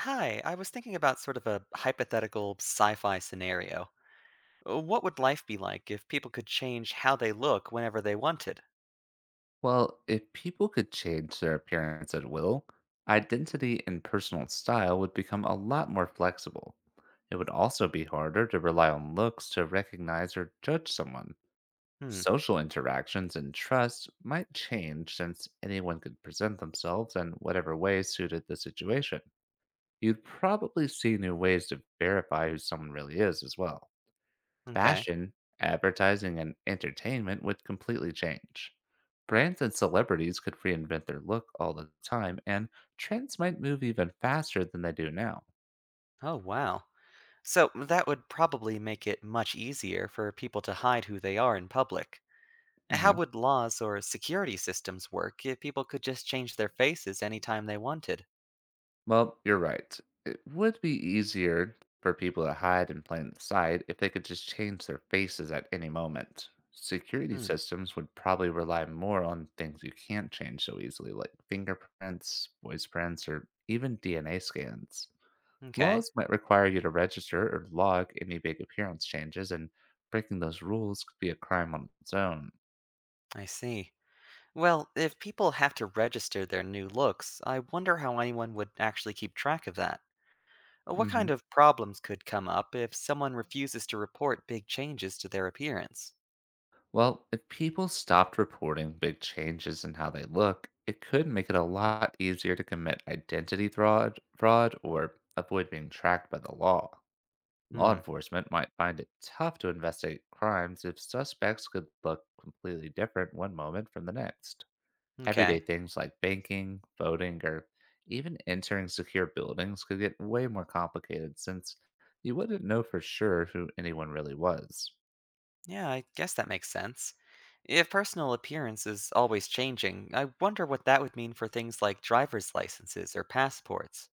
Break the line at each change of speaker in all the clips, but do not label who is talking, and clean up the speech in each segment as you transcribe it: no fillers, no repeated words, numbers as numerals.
Hi, I was thinking about sort of a hypothetical sci fi scenario. What would life be like if people could change how they look whenever they wanted?
Well, if people could change their appearance at will, identity and personal style would become a lot more flexible. It would also be harder to rely on looks to recognize or judge someone.
Hmm.
Social interactions and trust might change since anyone could present themselves in whatever way suited the situation. You'd probably see new ways to verify who someone really is as well.
Okay.
Fashion, advertising, and entertainment would completely change. Brands and celebrities could reinvent their look all the time, and trends might move even faster than they do now.
Oh, wow. So that would probably make it much easier for people to hide who they are in public. How
hmm
would laws or security systems work if people could just change their faces anytime they wanted?
Well, you're right. It would be easier for people to hide in plain sight if they could just change their faces at any moment. Security
Hmm.
systems would probably rely more on things you can't change so easily, like fingerprints, voice prints, or even DNA scans.
Okay.
Laws might require you to register or log any big appearance changes, and breaking those rules could be a crime on its own.
I see. Well, if people have to register their new looks, I wonder how anyone would actually keep track of that. What
hmm
kind of problems could come up if someone refuses to report big changes to their appearance?
Well, if people stopped reporting big changes in how they look, it could make it a lot easier to commit identity fraud or avoid being tracked by the law. Law
Hmm.
enforcement might find it tough to investigate crimes if suspects could look completely different one moment from the next. Everyday
Okay.
things like banking, voting, or even entering secure buildings could get way more complicated since you wouldn't know for sure who anyone really was.
Yeah, I guess that makes sense. If personal appearance is always changing, I wonder what that would mean for things like driver's licenses or passports.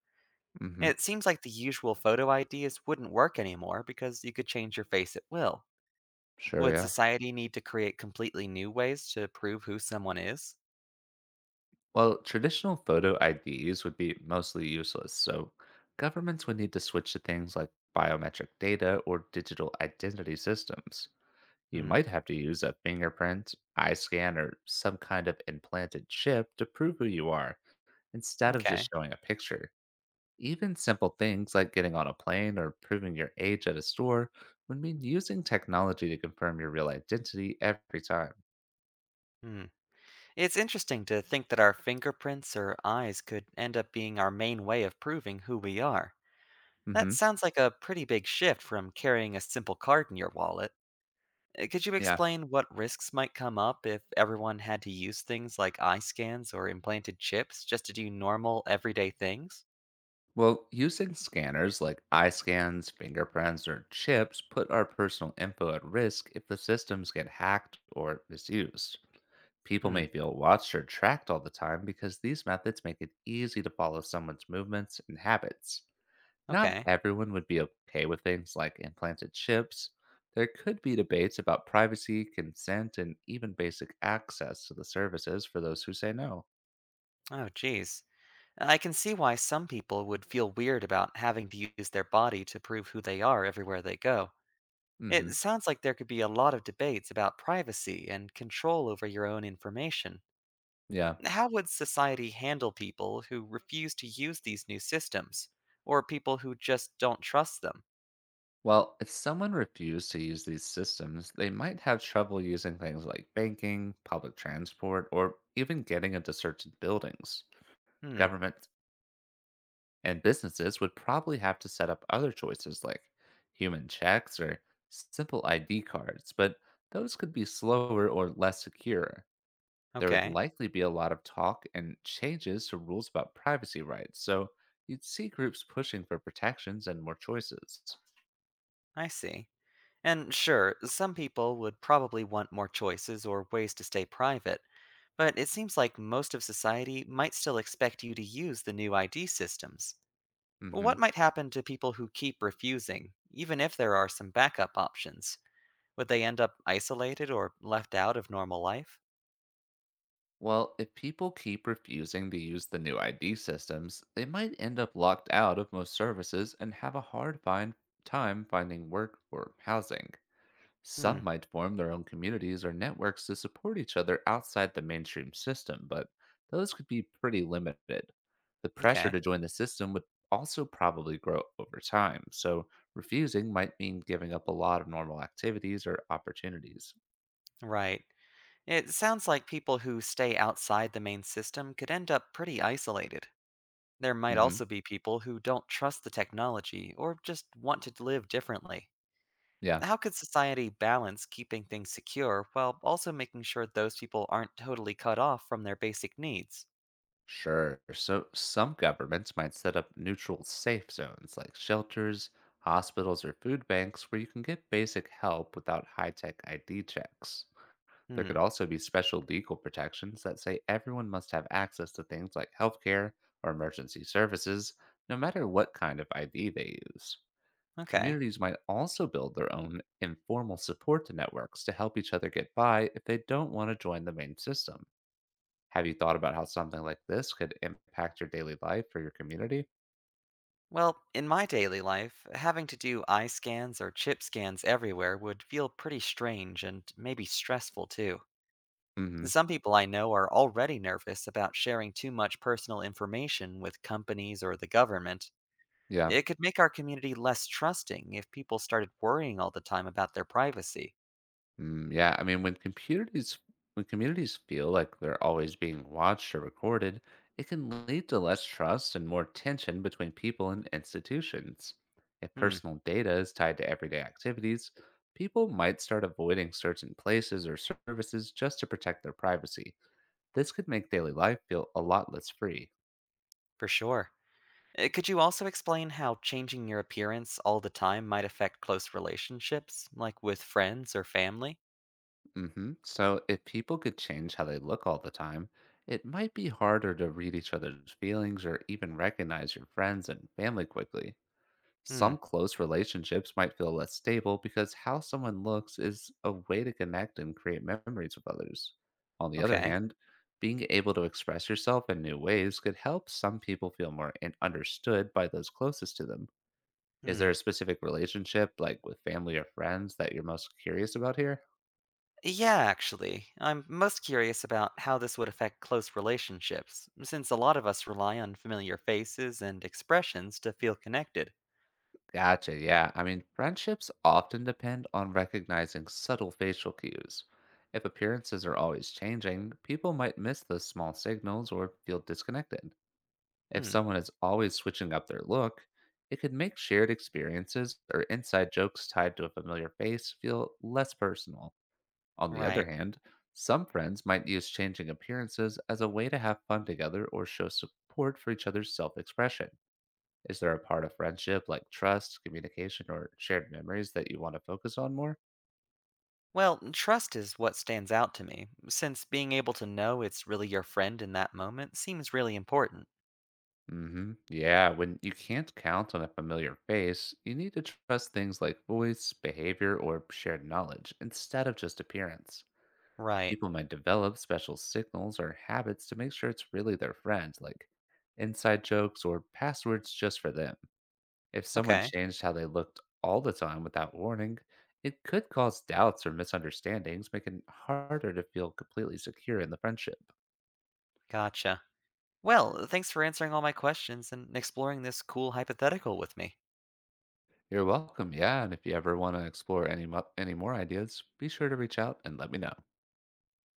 hmm
It seems like the usual photo IDs wouldn't work anymore because you could change your face at will.
Sure,
Would
yeah.
society need to create completely new ways to prove who someone is?
Well, traditional photo IDs would be mostly useless, so governments would need to switch to things like biometric data or digital identity systems. You
Hmm.
might have to use a fingerprint, eye scan, or some kind of implanted chip to prove who you are instead of just
Okay.
showing a picture. Even simple things like getting on a plane or proving your age at a store would mean using technology to confirm your real identity every time.
Hmm. It's interesting to think that our fingerprints or eyes could end up being our main way of proving who we are. That
hmm
sounds like a pretty big shift from carrying a simple card in your wallet. Could you
Yeah.
explain what risks might come up if everyone had to use things like eye scans or implanted chips just to do normal, everyday things?
Well, using scanners like eye scans, fingerprints, or chips put our personal info at risk if the systems get hacked or misused. People
Hmm.
may feel watched or tracked all the time because these methods make it easy to follow someone's movements and habits. Not
Okay.
everyone would be okay with things like implanted chips. There could be debates about privacy, consent, and even basic access to the services for those who say no.
Oh, geez. I can see why some people would feel weird about having to use their body to prove who they are everywhere they go. It
hmm
sounds like there could be a lot of debates about privacy and control over your own information.
Yeah.
How would society handle people who refuse to use these new systems, or people who just don't trust them?
Well, if someone refused to use these systems, they might have trouble using things like banking, public transport, or even getting into certain buildings.
Hmm.
Government and businesses would probably have to set up other choices like human checks or simple ID cards, but those could be slower or less secure. There would
Okay.
likely be a lot of talk and changes to rules about privacy rights, so you'd see groups pushing for protections and more choices.
I see. And sure, some people would probably want more choices or ways to stay private, but it seems like most of society might still expect you to use the new ID systems.
hmm
What might happen to people who keep refusing, even if there are some backup options? Would they end up isolated or left out of normal life?
Well, if people keep refusing to use the new ID systems, they might end up locked out of most services and have a hard find time finding work or housing.
Hmm.
Some might form their own communities or networks to support each other outside the mainstream system, but those could be pretty limited. The pressure
Okay.
to join the system would also probably grow over time, so refusing might mean giving up a lot of normal activities or opportunities.
Right. It sounds like people who stay outside the main system could end up pretty isolated. There might
hmm
also be people who don't trust the technology or just want to live differently.
Yeah,
How could society balance keeping things secure while also making sure those people aren't totally cut off from their basic needs?
sure. So some governments might set up neutral safe zones like shelters, hospitals, or food banks where you can get basic help without high tech ID checks. There
Hmm.
could also be special legal protections that say everyone must have access to things like healthcare or emergency services, no matter what kind of ID they use.
Okay.
Communities might also build their own informal support networks to help each other get by if they don't want to join the main system. Have you thought about how something like this could impact your daily life or your community?
Well, in my daily life, having to do eye scans or chip scans everywhere would feel pretty strange and maybe stressful too.
Hmm.
Some people I know are already nervous about sharing too much personal information with companies or the government.
Yeah.
It could make our community less trusting if people started worrying all the time about their privacy.
Yeah, I mean, when communities feel like they're always being watched or recorded, it can lead to less trust and more tension between people and institutions. If
Hmm,
personal data is tied to everyday activities, people might start avoiding certain places or services just to protect their privacy. This could make daily life feel a lot less free.
for sure. Could you also explain how changing your appearance all the time might affect close relationships, like with friends or family?
So, if people could change how they look all the time, it might be harder to read each other's feelings or even recognize your friends and family quickly.
Hmm.
Some close relationships might feel less stable because how someone looks is a way to connect and create memories with others. On the other
Okay.
hand, being able to express yourself in new ways could help some people feel more understood by those closest to them. Is there
Hmm.
a specific relationship, like with family or friends, that you're most curious about here?
Yeah, actually. I'm most curious about how this would affect close relationships, since a lot of us rely on familiar faces and expressions to feel connected.
Gotcha. Yeah. I mean, friendships often depend on recognizing subtle facial cues. If appearances are always changing, people might miss those small signals or feel disconnected. If
Hmm,
someone is always switching up their look, it could make shared experiences or inside jokes tied to a familiar face feel less personal. On the other
right.
hand, some friends might use changing appearances as a way to have fun together or show support for each other's self expression. Is there a part of friendship like trust, communication, or shared memories that you want to focus on more?
Well, trust is what stands out to me, since being able to know it's really your friend in that moment seems really important.
Yeah, when you can't count on a familiar face, you need to trust things like voice, behavior, or shared knowledge instead of just appearance.
Right.
People might develop special signals or habits to make sure it's really their friend, like inside jokes or passwords just for them. If someone
Okay,
changed how they looked all the time without warning, it could cause doubts or misunderstandings, making it harder to feel completely secure in the friendship.
gotcha. Well, thanks for answering all my questions and exploring this cool hypothetical with me.
You're welcome. Yeah, and if you ever want to explore any more ideas, be sure to reach out and let me know.